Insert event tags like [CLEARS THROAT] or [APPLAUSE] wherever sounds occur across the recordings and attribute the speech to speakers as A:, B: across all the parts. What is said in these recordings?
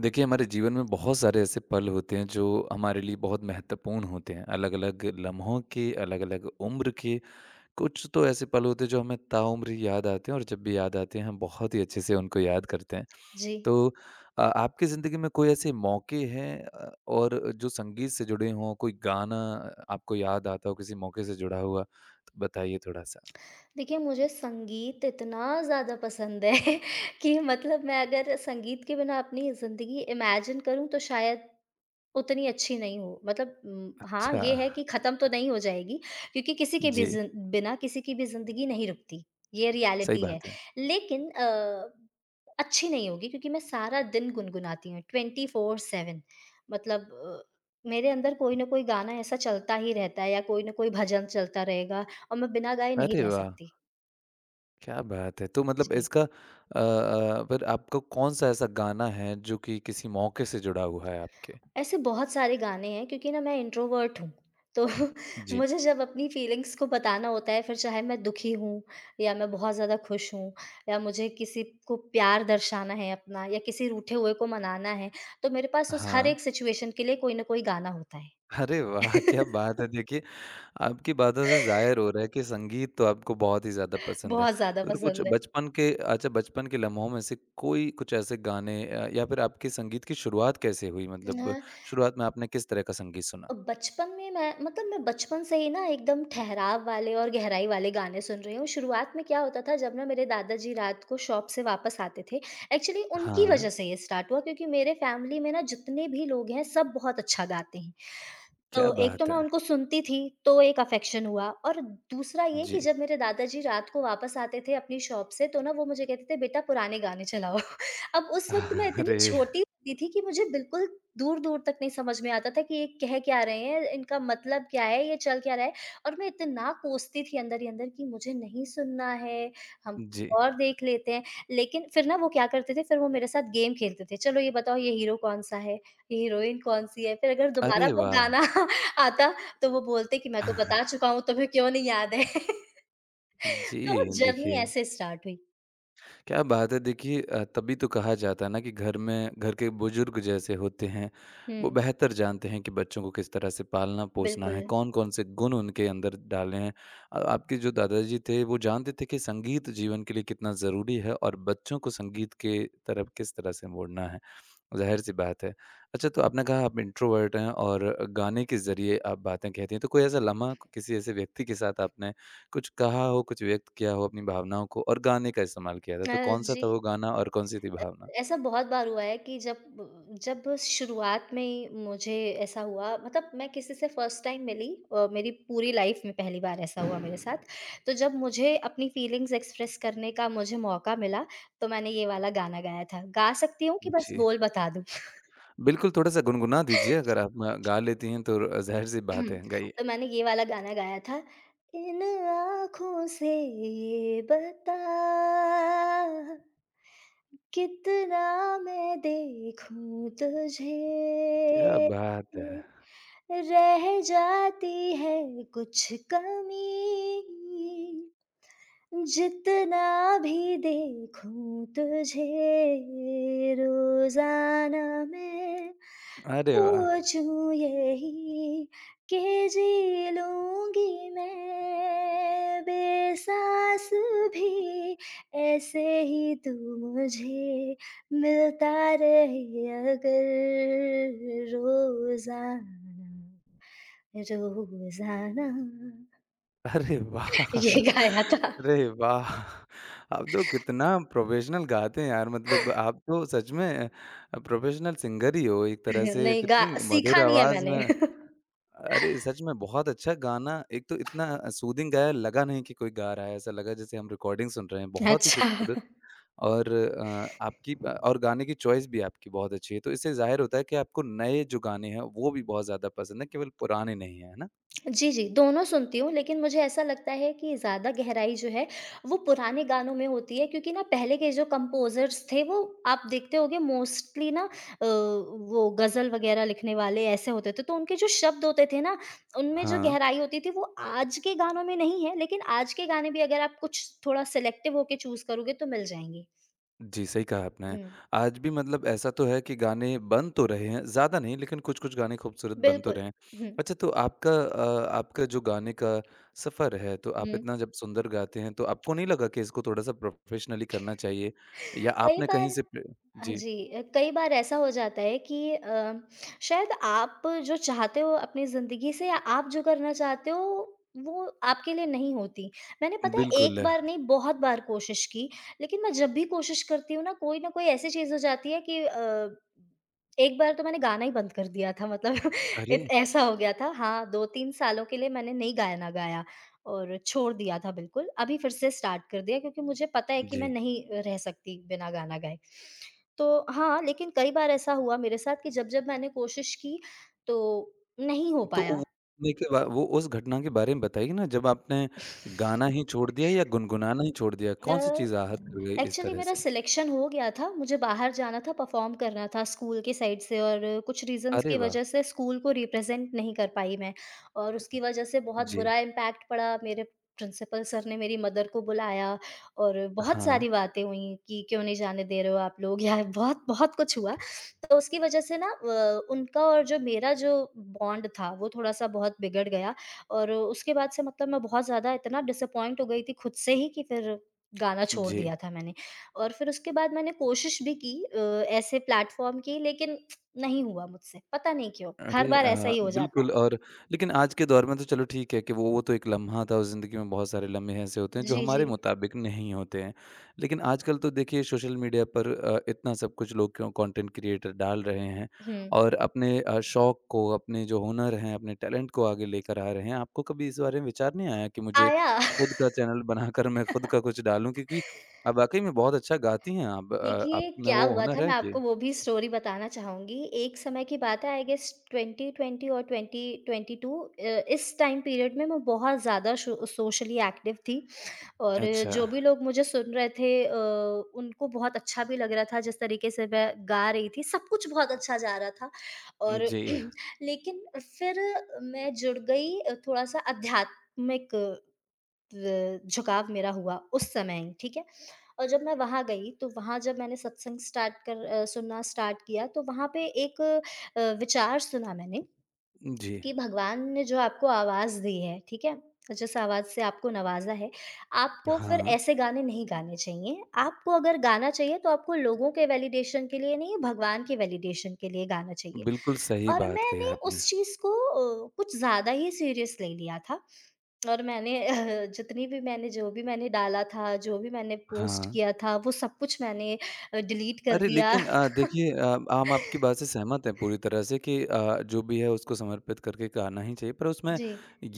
A: देखिए हमारे जीवन में बहुत सारे ऐसे पल होते हैं जो हमारे लिए बहुत महत्वपूर्ण होते हैं अलग-अलग लम्हों के अलग-अलग उम्र के कुछ तो ऐसे पल होते हैं जो हमें ताउम्र ही याद आते हैं और जब भी याद आते हैं हम बहुत ही अच्छे से उनको याद करते हैं।
B: जी।
A: तो आपकी ज़िंदगी में कोई ऐसे मौके हैं और जो संगीत से जुड़े हों कोई गाना आपको याद आता हो किसी मौके से जुड़ा हुआ? तो बताइए थोड़ा-सा।
B: देखिए, मुझे संगीत इतना ज़्यादा पसंद है [LAUGHS] कि मतलब मैं अगर संगीत के बिना अपनी ज़िंदगी इमेजिन करूँ तो शायद उतनी अच्छी नहीं हो मतलब हाँ,
A: अच्छा।
B: ये है कि ख़त्म तो नहीं हो जाएगी क्योंकि किसी के भी
A: जी,
B: ज़िन बिना किसी की भी ज़िंदगी नहीं रुकती, ये
A: सही
B: रियलिटी है।
A: बात है।
B: लेकिन अच्छी नहीं होगी क्योंकि मैं सारा दिन गुनगुनाती हूँ 24/7। मतलब मेरे अंदर कोई ना कोई गाना ऐसा चलता ही रहता है या कोई ना कोई भजन चलता रहेगा और मैं बिना गाए नहीं
A: अरे
B: रह
A: वाह!
B: सकती।
A: क्या बात है! तो मतलब
B: जी।
A: पर आपको कौन-सा ऐसा गाना है जो कि किसी मौके से जुड़ा हुआ है आपके?
B: ऐसे बहुत सारे गाने हैं क्योंकि ना मैं इंट्रोवर्ट हूँ। तो [LAUGHS]
A: जी।
B: मुझे जब अपनी फीलिंग्स को बताना होता है फिर चाहे मैं दुखी हूँ या मैं बहुत ज़्यादा खुश हूँ या मुझे किसी को प्यार दर्शाना है अपना या किसी रूठे हुए को मनाना है, तो मेरे पास उस हर
A: हाँ।
B: एक सिचुएशन के लिए कोई ना कोई गाना होता है।
A: अरे वाह! क्या
B: [LAUGHS]
A: बात है। देखिए, आपकी बातों से ज़ाहिर हो रहा है कि संगीत तो आपको बहुत ही ज़्यादा पसंद है।
B: बहुत ज़्यादा
A: और कुछ
B: पसंद है।
A: बचपन के लम्हों में से कोई कुछ ऐसे गाने या फिर आपकी संगीत की शुरुआत कैसे हुई? मतलब
B: हाँ,
A: शुरुआत में आपने किस तरह का संगीत सुना?
B: बचपन में मैं बचपन से ही ना एकदम ठहराव वाले और गहराई वाले गाने सुन रही हूँ। शुरुआत में क्या होता था जब ना मेरे दादाजी रात को शॉप से वापस आते थे, एक्चुअली उनकी
A: हाँ,
B: वज़ह से ये स्टार्ट हुआ क्योंकि मेरे फैमिली में ना जितने भी लोग हैं सब बहुत अच्छा गाते हैं। तो
A: क्या
B: एक तो
A: बात
B: मैं
A: है!
B: उनको सुनती थी, तो एक अफ़ेक्शन हुआ और दूसरा ये कि
A: जी।
B: जब मेरे दादाजी रात को वापस आते थे अपनी शॉप से, तो ना वो मुझे कहते थे, "बेटा पुराने गाने चलाओ।" [LAUGHS] अब उस वक़्त मैं
A: [LAUGHS]
B: इतनी
A: अरे!
B: छोटी होती थी कि मुझे बिल्कुल दूर-दूर तक नहीं समझ में आता था कि ये कह क्या रहे हैं, इनका मतलब क्या है, ये चल क्या रहा है और मैं इतना कोसती थी अंदर ही अंदर कि मुझे नहीं सुनना है, हम
A: जी।
B: और देख लेते हैं। लेकिन फिर ना वो क्या करते थे, फिर वो मेरे साथ गेम खेलते थे, "चलो ये बताओ ये हीरो कौन-सा है, ये हीरोइन कौन-सी है?" फिर अगर दोबारा
A: अरे
B: वो
A: वाह!
B: गाना [LAUGHS] आता तो वो बोलते कि मैं तो बता
A: [LAUGHS]
B: चुका हूँ, तुम्हें क्यों नहीं याद है? [LAUGHS]
A: जी,
B: तो जर्नी
A: देखिए,
B: ऐसे स्टार्ट हुई।
A: क्या बात है। देखिए, तभी तो कहा जाता है ना कि घर में घर के बुज़ुर्ग जैसे होते हैं, वो
B: हुँ,
A: बेहतर जानते हैं कि बच्चों को किस तरह से पालना-पोसना
B: बिल्कुल।
A: है, कौन-कौन से गुण उनके अंदर डालने हैं। आपके जो दादाजी थे, वो जानते थे कि संगीत जीवन के लिए कितना ज़रूरी है और बच्चों को संगीत के तरफ किस तरह से मोड़ना है, ज़ाहिर-सी बात है। अच्छा, तो आपने कहा आप इंट्रोवर्ट हैं और गाने के ज़रिए आप बातें कहती हैं, तो कोई ऐसा लम्हा किसी ऐसे व्यक्ति के साथ आपने कुछ कहा हो, कुछ व्यक्त किया हो अपनी भावनाओं को और गाने का इस्तेमाल किया था, तो कौन-सा
B: जी,
A: था वो गाना और कौन-सी थी
B: अ,
A: भावना?
B: ऐसा बहुत बार हुआ है कि जब शुरुआत में ही मुझे ऐसा हुआ मतलब मैं किसी से फर्स्ट टाइम मिली। मेरी पूरी लाइफ़ में पहली बार ऐसा हुआ मेरे साथ। तो जब मुझे अपनी फीलिंग्स एक्सप्रेस करने का मुझे मौका मिला, तो मैंने ये वाला गाना गाया था। गा सकती हूँ कि बस
A: जी।
B: बोल बता दूँ?
A: बिल्कुल, थोड़ा-सा गुनगुना दीजिए अगर आप गा लेती हैं तो र ज़ाहिर-सी बात
B: [CLEARS THROAT]
A: है, गाइए।
B: तो मैंने ये वाला गाना गाया था। इन आँखों से ये बता कितना मैं देखूं
A: क्या
B: तुझे
A: बात है!
B: रह जाती है कुछ कमी जितना भी देखूं तुझे रोजाना मैं
A: अरे वाह!
B: सोचूं यही कि जी लूँगी मैं बेसास भी ऐसे ही तू मुझे मिलता रहे अगर रोज़ाना रोज़ाना।
A: अरे [LAUGHS]
B: ये
A: वाह!
B: गाया था।
A: अरे वाह! आप तो कितना प्रोफ़ेशनल गाते हैं यार, मतलब आप तो सच में प्रोफ़ेशनल सिंगर ही हो एक तरह से,
B: नहीं गा
A: कितनी मधुर
B: सीखा नहीं है
A: आवाज़
B: मैंने।
A: में अरे! सच में बहुत अच्छा गाना एक तो इतना सूदिंग गाया लगा नहीं कि कोई गा रहा है, ऐसा लगा जैसे हम रिकॉर्डिंग सुन रहे हैं,
B: [LAUGHS]
A: बहुत ही
B: अच्छा।
A: खूबसूरत और और गाने की चॉइस भी आपकी बहुत अच्छी है, तो इससे ज़ाहिर होता है कि आपको नए जो गाने हैं, वो भी बहुत ज़्यादा पसंद है, केवल पुराने नहीं हैं, है ना?
B: जी, जी, दोनों सुनती हूँ लेकिन मुझे ऐसा लगता है कि ज़्यादा गहराई जो है वो पुराने गानों में होती है क्योंकि ना पहले के जो कंपोज़र्स थे वो आप देखते होंगे मोस्टली ना, वो गज़ल वग़ैरह लिखने वाले ऐसे होते थे। तो उनके जो शब्द होते थे ना, उनमें जो
A: हाँ।
B: गहराई होती थी वो आज के गानों में नहीं है लेकिन आज के गाने भी अगर आप कुछ थोड़ा सेलेक्टिव होके चूज़ करोगे तो मिल जाएँगे।
A: जी, सही कहा आपने।
B: हुँ,
A: आज भी मतलब ऐसा तो है कि गाने बन तो रहे हैं, ज़्यादा नहीं लेकिन कुछ-कुछ गाने खूबसूरत बन तो
B: बिल्कुल।
A: रहे हैं।
B: हुँ,
A: अच्छा तो आपका जो गाने का सफ़र है, तो
B: हुँ।
A: आप इतना जब सुंदर गाते हैं, तो आपको नहीं लगा कि इसको थोड़ा-सा प्रोफ़ेशनली करना चाहिए? या
B: कई
A: आपने कहीं
B: बार
A: से प्रे
B: हाँ
A: जी,
B: जी, कई बार ऐसा हो जाता है कि शायद आप जो चाहते हो अपनी ज़िंदगी से या आप जो करना चाहते हो वो आपके लिए नहीं होती। मैंने पता है
A: बिल्कुल।
B: एक बार नहीं बहुत बार कोशिश की, लेकिन मैं जब भी कोशिश करती हूँ ना कोई न कोई ऐसी चीज़ हो जाती है कि एक बार तो मैंने गाना ही बंद कर दिया था मतलब [LAUGHS] इत
A: अरे!
B: ऐसा हो गया था। हाँ, 2-3 सालों के लिए मैंने नहीं गाना गाया और छोड़ दिया था बिल्कुल। अभी फिर से स्टार्ट कर दिया क्योंकि मुझे पता है कि मैं
A: जी,
B: नहीं रह सकती बिना गाना गाए। तो हाँ, लेकिन कई बार ऐसा हुआ मेरे साथ कि जब-जब मैंने कोशिश की, तो नहीं हो
A: तो वो
B: पाया।
A: देखिए वा वो उस घटना के बारे में बताइए ना जब आपने गाना ही छोड़ दिया या गुनगुनाना ही छोड़ दिया,
B: अ,
A: कौन-सी चीज़ आहत कर गई इस
B: एक्चुअली
A: तरह
B: मेरा
A: से?
B: सिलेक्शन हो गया था, मुझे बाहर जाना था, परफ़ॉर्म करना था स्कूल के साइड से और कुछ रीज़न्स
A: अरे
B: की
A: वाह!
B: वजह से स्कूल को रिप्रेज़ेंट नहीं कर पाई मैं और उसकी वजह से बहुत
A: जी,
B: बुरा इम्पैक्ट पड़ा। मेरे प्रिंसिपल सर ने मेरी मदर को बुलाया और बहुत
A: हाँ,
B: सारी बातें हुईं कि क्यों नहीं जाने दे रहे हो आप लोग या बहुत-बहुत कुछ हुआ। तो उसकी वजह से ना, उनका और जो मेरा जो बॉन्ड था, वो थोड़ा-सा बहुत बिगड़ गया और उसके बाद से मतलब मैं बहुत ज़्यादा इतना डिसअपॉइंट हो गई थी खुद से ही कि फिर गाना छोड़
A: जी।
B: दिया था मैंने। और फिर उसके बाद मैंने कोशिश भी की ऐसे प्लेटफ़ॉर्म की लेकिन नहीं हुआ मुझसे, पता नहीं क्यों? हर
A: अरे
B: बार ऐसा
A: अ,
B: ही हो जाता है।
A: बिल्कुल और लेकिन आज के दौर में तो चलो ठीक है कि वो तो एक लम्हा था उस ज़िंदगी में बहुत सारे लम्हे ऐसे होते हैं जो
B: जी, जी।
A: हमारे मुताबिक नहीं होते हैं। लेकिन आजकल तो देखिए सोशल मीडिया पर इतना सब कुछ लोग क्यों कंटेंट क्रिएटर डाल रहे हैं
B: हुँ,
A: और अपने शौक को, अपने जो हुनर हैं, अपने टैलेंट को आगे लेकर आ रहे हैं। आपको कभी इस बारे में विचार नहीं आया कि मुझे
B: आया। [LAUGHS]
A: खुद का चैनल बनाकर मैं खुद का कुछ डालूँ? क्योंकि वाक़ई में बहुत अच्छा गाती हैं आप। आप
B: देखिए
A: में
B: क्या
A: वो
B: हुआ था
A: हुनर
B: मैं
A: है कि
B: आपको वो भी
A: जी।
B: स्टोरी बताना चाहूँगी। एक समय की बात है आई गेस 2020 और 2022, इस टाइम पीरियड में मैं बहुत ज़्यादा शो सोशली एक्टिव थी। और
A: अच्छा।
B: जो भी लोग मुझे सुन रहे थे, उनको बहुत अच्छा भी लग रहा था जिस तरीके से मैं गा रही थी, सब कुछ बहुत अच्छा जा रहा था। और
A: जी।
B: [CLEARS THROAT] लेकिन फिर मैं जुड़ गई, थोड़ा-सा आध्यात्मिक झुकाव मेरा हुआ उस समय, ही, ठीक है? और जब मैं वहाँ गई तो वहाँ जब मैंने सत्संग स्टार्ट कर अ, सुनना स्टार्ट किया तो वहाँ पे एक विचार सुना मैंने
A: जी।
B: कि भगवान ने जो आपको आवाज़ दी है, ठीक है? जिस आवाज़ से आपको नवाज़ा है, आपको फिर
A: हाँ,
B: ऐसे गाने नहीं गाने चाहिए। आपको अगर गाना चाहिए तो आपको लोगों के वैलिडेशन के लिए नहीं, भगवान के वैलिडेशन के लिए गाना चाहिए।
A: बिल्कुल सही
B: और
A: बात कही
B: मैंने
A: आपने।
B: उस चीज़ को कुछ ज़्यादा ही सीरियस ले लिया था और मैंने [LAUGHS] अ, जितनी भी मैंने जो भी मैंने डाला था, जो भी मैंने पोस्ट
A: हाँ।
B: किया था, वो सब कुछ मैंने डिलीट कर
A: अरे
B: दिया।
A: लेकिन अ,
B: [LAUGHS]
A: देखिए अ, हम आपकी बात से सहमत हैं पूरी तरह से कि जो भी है उसको समर्पित करके गाना ही चाहिए। पर उसमें
B: जी।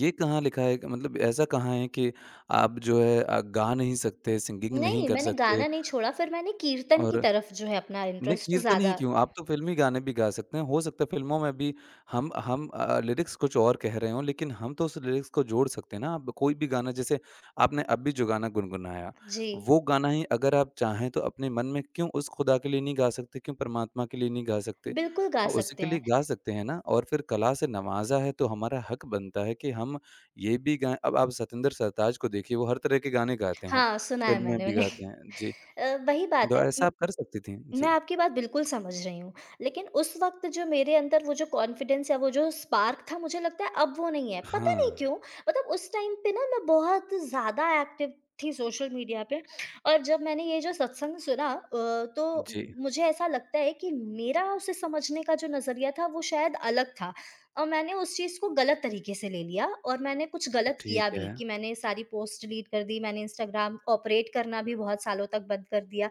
A: ये कहाँ लिखा है कि मतलब ऐसा कहाँ है कि आप जो है, गा नहीं सकते, सिंगिंग नहीं
B: नहीं,
A: कर
B: मैंने
A: सकते
B: गाना नहीं छोड़ा, फिर मैंने कीर्तन की
A: और
B: तरफ जो है अपना
A: नहीं,
B: इंटरेस्ट
A: कीर्तन ही
B: ज़्यादा।
A: क्यों, आप तो फ़िल्मी गाने भी गा सकते हैं। हो सकता है फ़िल्मों में भी हम लिरिक्स कुछ और कह रहे हों, लेकिन हम तो उस लिरिक्स को जोड़ सकते हैं ना। आप कोई भी गाना जैसे आपने अभी जो गाना गुनगुनाया,
B: जी,
A: वो गाना ही अगर आप चाहें तो अपने मन में क्यों उस खुदा के लिए नहीं गा सकते, क्यों परमात्मा के लिए नहीं गा सकते?
B: बिल्कुल गा
A: उसी
B: सकते
A: के
B: हैं।
A: लिए गा सकते हैं ना और फिर कला से नवाज़ा है, तो हमारा हक बनता है कि हम ये भी गाएँ। अब आप सतिंदर सरताज को देखिए, वो हर तरह के गाने गाते हैं,
B: हाँ, सुना है
A: फ़िल्म में
B: मैंने
A: भी
B: उन्हें।
A: गाते हैं। जी,
B: [LAUGHS] वही बात
A: तो
B: है,
A: ऐसा आप कर सकती थीं।
B: मैं
A: जी।
B: आपकी बात बिल्कुल समझ रही हूँ, लेकिन उस वक़्त जो मेरे अंदर वो जो कॉन्फिडेंस या वो जो स्पार्क था मुझे लगता है अब वो नहीं है। पता
A: हाँ,
B: नहीं क्यों? मतलब उस टाइम पे ना मैं बहुत ज़्यादा एक्टिव थी सोशल मीडिया पे और जब मैंने ये जो सत्संग सुना,
A: जी,
B: तो मुझे ऐसा लगता है कि मेरा उसे समझने का जो नज़रिया था वो शायद अलग था और मैंने उस चीज़ को गलत तरीके से ले लिया और मैंने कुछ गलत किया
A: ठीक
B: भी
A: है।
B: कि मैंने सारी पोस्ट डिलीट कर दी, मैंने इंस्टाग्राम ऑपरेट करना भी बहुत सालों तक बंद कर दिया।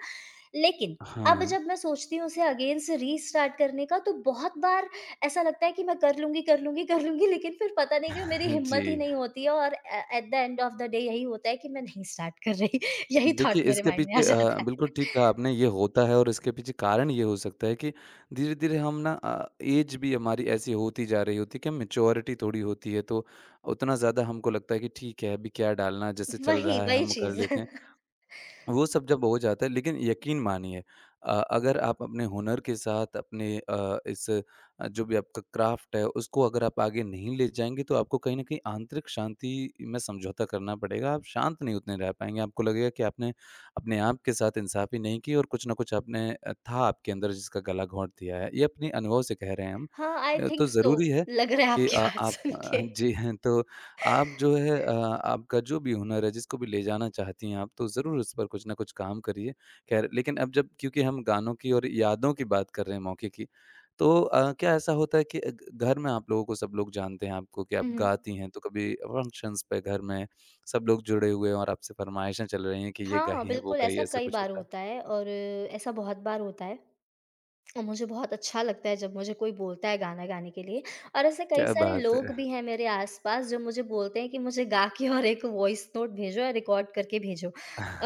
B: लेकिन अब
A: हाँ,
B: जब मैं सोचती हूँ उसे अगेन से रीस्टार्ट करने का तो बहुत बार ऐसा लगता है कि मैं कर लूँगी, कर लूँगी, कर लूँगी लेकिन फिर पता नहीं क्यों मेरी
A: [LAUGHS] जी।
B: हिम्मत ही नहीं होती है और uh at the end of the day यही होता है कि मैं नहीं स्टार्ट कर रही। [LAUGHS] यही
A: देखिए,
B: थॉट मेरे
A: इसके
B: माइंड में आ
A: पीछे अ,
B: जाता है।
A: बिल्कुल ठीक
B: [LAUGHS]
A: कहा आपने, ये होता है और इसके पीछे कारण ये हो सकता है कि धीरे-धीरे हम ना ऐज भी हमारी ऐसी होती जा रही होती है कि मैच्योरिटी थोड़ी होती है, तो उतना ज़्यादा हमको लगता है कि ठीक है, अभी क्या डालना, जैसे चल
B: वही,
A: रहा है
B: वही
A: हम कर
B: चीज़। [LAUGHS]
A: लेते हैं। वो सब जब हो जाता है लेकिन यकीन मानिए अगर आप अपने हुनर के साथ अपने इस, जो भी आपका क्राफ्ट है उसको अगर आप आगे नहीं ले जाएँगे तो आपको कहीं न कहीं आंतरिक शांति में समझौता करना पड़ेगा। आप शांत नहीं उतने रह पाएँगे। आपको लगेगा कि आपने अपने आप के साथ इंसाफ़ी नहीं की और कुछ न कुछ आपने था आपके अंदर जिसका गला घोंट दिया है। ये अपने अनुभव से कह रहे हैं हम।
B: हाँ, आई
A: तो
B: थिंक सो,
A: ज़रूरी है
B: लग रहा है
A: कि
B: आपकी बात सुन के।
A: जी हैं तो आप जो है, आपका जो भी हुनर है, जिसको भी ले जाना चाहती हैं आप, तो ज़रूर उस पर कुछ ना कुछ काम करिए। ख़ैर लेकिन अब जब क्योंकि हम गानों की और यादों की बात कर रहे हैं मौके की, तो क्या ऐसा होता है कि अ, घ घर में आप लोगों को सब लोग जानते हैं आपको कि
B: हुँ,
A: आप
B: हुँ।
A: गाती हैं, तो कभी फंक्शंस पे घर में सब लोग जुड़े हुए हैं और आपसे फ़रमाइशें चल रही हैं कि ये
B: हाँ,
A: गाइए, वो
B: बिल्कुल ऐसा
A: गाइए, ऐसा
B: कई
A: कुछ
B: बार
A: होता है?
B: होता है और ऐसा बहुत बार होता है। मुझे बहुत अच्छा लगता है जब मुझे कोई बोलता है गाना गाने के लिए और ऐसे कई
A: क्या
B: सारे
A: बात
B: लोग
A: है!
B: भी हैं मेरे आसपास जो मुझे बोलते हैं कि मुझे गा के और एक वॉइस नोट भेजो या रिकॉर्ड करके भेजो।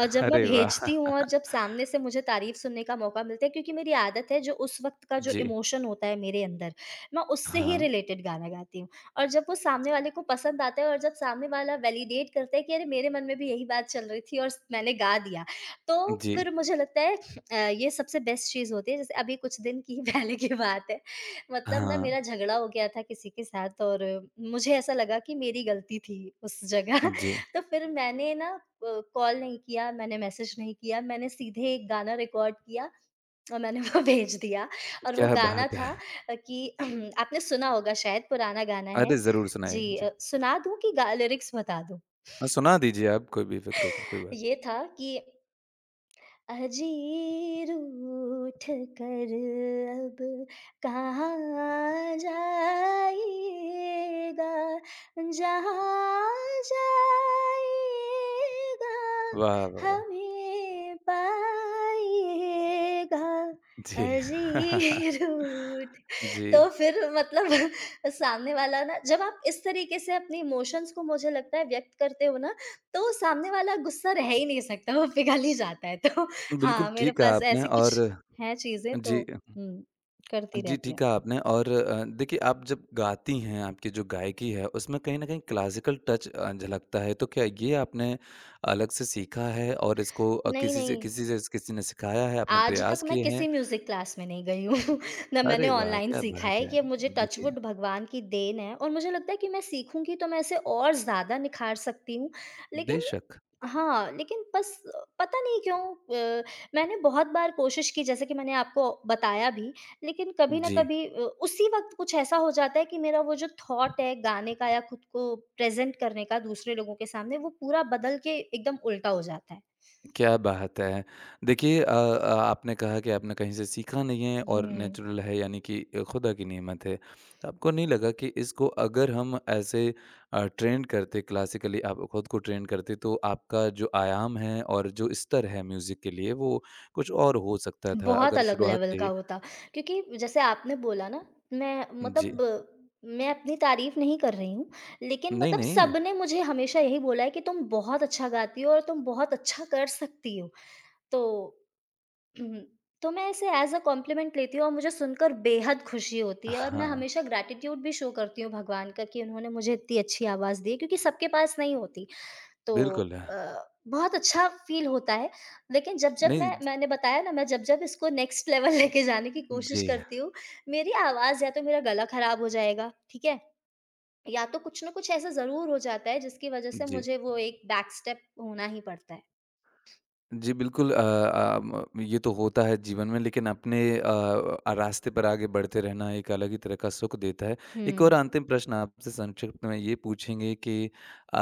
B: और जब मैं
A: अरे वाह!
B: भेजती हूँ और जब सामने से मुझे तारीफ सुनने का मौका मिलता है क्योंकि मेरी आदत है जो उस वक्त का जो
A: जी।
B: इमोशन होता है मेरे अंदर मैं उससे ही
A: हाँ।
B: रिलेटेड गाना गाती हूँ और जब वो सामने वाले को पसंद आता है और जब सामने वाला वैलिडेट करता है कि अरे मेरे मन में भी यही बात चल रही थी और मैंने गा दिया तो
A: जी।
B: फिर मुझे लगता है ये सबसे बेस्ट चीज़ होती है। जैसे अभी कुछ दिन की [LAUGHS] ही पहले की बात है, मतलब ना
A: हाँ।
B: मेरा झगड़ा हो गया था किसी के साथ और मुझे ऐसा लगा कि मेरी गलती थी उस जगह।
A: जी।
B: [LAUGHS] तो फिर मैंने ना कॉल नहीं किया मैंने, मैसेज नहीं किया मैंने, सीधे एक गाना रिकॉर्ड किया और मैंने वो [LAUGHS] भेज दिया। और वो
A: क्या
B: गाना
A: बात
B: था,
A: है!
B: कि [CLEARS THROAT] आपने सुना होगा, शायद पुराना गाना है।
A: अरे! ज़रूर सुनाइए।
B: जी,
A: जी।
B: सुना दूं कि गा लिरिक्स बता दूं?
A: हाँ, सुना दीजिए आप, कोई बेफ़िक्र होकर, कोई बात
B: ये था कि अजीर उठ कर अब कहाँ जाइएगा, जहाँ जाइएगा
A: नहीं। वाह, वाह, वाह!
B: हमें पाइएगा,
A: जी। [LAUGHS]
B: अजीर उठ। तो
A: जी,
B: फिर मतलब [LAUGHS] सामने वाला ना जब आप इस तरीके से अपने इमोशंस को मुझे लगता है व्यक्त करते हो ना तो सामने वाला गुस्सा रह ही नहीं सकता वो पिघल ही जाता है। तो
A: बिल्कुल
B: हाँ, मेरे
A: ठीक कहा
B: पास
A: आपने
B: ऐसी
A: और
B: कुछ हैं चीज़ें तो,
A: जी,
B: हुँ, करती
A: जी
B: रहती
A: ठीक
B: हूँ।
A: कहा आपने और देखिए आप जब गाती हैं, आपकी जो गायकी है, उसमें कहीं न कहीं क्लासिकल टच झलकता है, तो क्या ये आपने अलग से सीखा है और इसको अ,
B: नहीं,
A: किसी से
B: नहीं।
A: किसी से किसी ने सिखाया है, आपने
B: आज तक
A: प्रयास
B: मैं
A: किए
B: किसी
A: हैं?
B: म्यूज़िक क्लास में नहीं गई हूँ, [LAUGHS] ना मैंने
A: अरे वाह!
B: ऑनलाइन
A: क्या
B: सीखा है,
A: बात है।
B: ये मुझे
A: देखिए
B: टचवुड भगवान की देन है और मुझे लगता है कि मैं सीखूँगी तो मैं इसे और ज़्यादा निखार सकती हूँ। लेकिन
A: बेशक।
B: हाँ, लेकिन बस पता नहीं क्यों, अ, मैंने बहुत बार कोशिश की जैसे कि मैंने आपको बताया भी, लेकिन कभी न
A: जी।
B: कभी उसी वक़्त कुछ ऐसा हो जाता है कि मेरा वो जो थॉट है गाने का या खुद को प्रेज़ेंट करने का दूसरे लोगों के सामने, वो पूरा बदल के एकदम उल्टा हो जाता है।
A: क्या बात है! देखिए, आपने कहा कि आपने कहीं से सीखा नहीं है और
B: हुँ।
A: नेचुरल है यानी कि खुदा की नेमत है। तो आपको नहीं लगा कि इसको अगर हम ऐसे ट्रेंड करते क्लासिकली आप खुद को ट्रेंड करते तो आपका जो आयाम है और जो स्तर है म्यूज़िक के लिए वो कुछ और हो सकता था
B: बहुत
A: अगर
B: अलग
A: शुरुआत
B: लेवल
A: से
B: का
A: ही
B: होता। क्योंकि जैसे आपने बोला ना, मैं
A: जी।
B: मतलब मैं अपनी तारीफ़ नहीं कर रही हूँ, लेकिन
A: नहीं,
B: मतलब
A: नहीं।
B: सबने मुझे हमेशा यही बोला है कि तुम बहुत अच्छा गाती हो और तुम बहुत अच्छा कर सकती हो। तो हम्म, तो मैं इसे ऐज़ अ कॉम्प्लीमेंट लेती हूँ और मुझे सुनकर बेहद खुशी होती है और मैं
A: हाँ,
B: हमेशा ग्रैटिट्यूड भी शो करती हूँ भगवान का कि उन्होंने मुझे इतनी अच्छी आवाज़ दी है क्योंकि सबके पास नहीं होती। तो
A: बिल्कुल।
B: अ, बहुत अच्छा फ़ील होता है, लेकिन जब-जब
A: नहीं,
B: मैंने बताया ना मैं जब-जब इसको नेक्स्ट लेवल [LAUGHS] लेके जाने की कोशिश
A: जी,
B: करती हूँ, मेरी आवाज़ या तो मेरा गला ख़राब हो जाएगा, ठीक है? या तो कुछ ना कुछ ऐसा ज़रूर हो जाता है जिसकी वज़ह से
A: जी।
B: मुझे वो एक बैक स्टेप होना ही पड़ता है।
A: जी, बिल्कुल, ये तो होता है जीवन में लेकिन अपने रास्ते पर आगे बढ़ते रहना एक अलग ही तरह का सुख देता है। एक
B: हुँ।
A: और अंतिम प्रश्न आपसे संक्षिप्त में ये पूछेंगे कि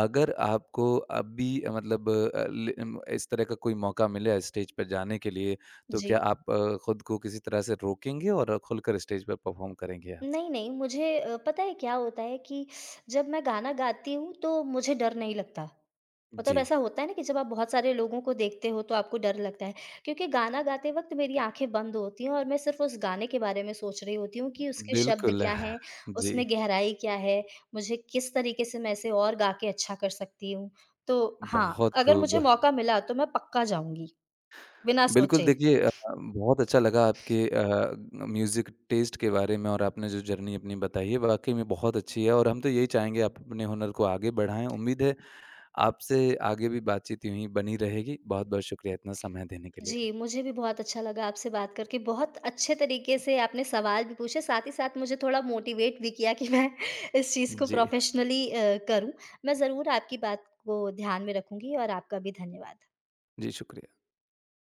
A: अगर आपको अभी, इस तरह का कोई मौका मिले स्टेज पर जाने के लिए, तो
B: जी।
A: क्या आप खुद को किसी तरह से रोकेंगे और खुलकर स्टेज पर परफ़ॉर्म करेंगे आप?
B: नहीं, नहीं, मुझे पता है क्या होता है कि जब मैं गाना गाती हूँ तो मुझे डर नहीं लगता। मतलब
A: जी,
B: ऐसा होता है ना कि जब आप बहुत सारे लोगों को देखते हो तो आपको डर लगता है, क्योंकि गाना गाते वक़्त मेरी आँखें बंद होती हैं और मैं सिर्फ़ उस गाने के बारे में सोच रही होती हूँ कि उसके शब्द
A: बिल्कुल।
B: क्या हैं,
A: [LAUGHS] जी,
B: उसमें गहराई क्या है, मुझे किस तरीके से मैं इसे और गा के अच्छा कर सकती हूँ। तो हाँ,
A: बहुत
B: अगर मुझे
A: खूब।
B: मौका मिला तो मैं पक्का जाऊँगी, बिना
A: बिल्कुल,
B: सोचे।
A: देखिए अ, बहुत अच्छा लगा आपके म्यूज़िक टेस्ट के बारे में और आपने जो जर्नी अपनी बताई है, वाक़ई में बहुत अच्छी है और हम तो यही चाहेंगे आप अपने हुनर को आगे बढ़ाएँ। उम्मीद है आपसे आगे भी बातचीत यूँ ही बनी रहेगी। बहुत-बहुत शुक्रिया इतना समय देने के लिए।
B: जी, मुझे भी बहुत अच्छा लगा आपसे बात करके। बहुत अच्छे तरीके से आपने सवाल भी पूछे, साथ ही साथ मुझे थोड़ा मोटिवेट भी किया कि मैं [LAUGHS] इस चीज़ को
A: जी,
B: प्रोफ़ेशनली करूँ। मैं ज़रूर आपकी बात को ध्यान में रखूँगी और आपका भी धन्यवाद।
A: जी शुक्रिया।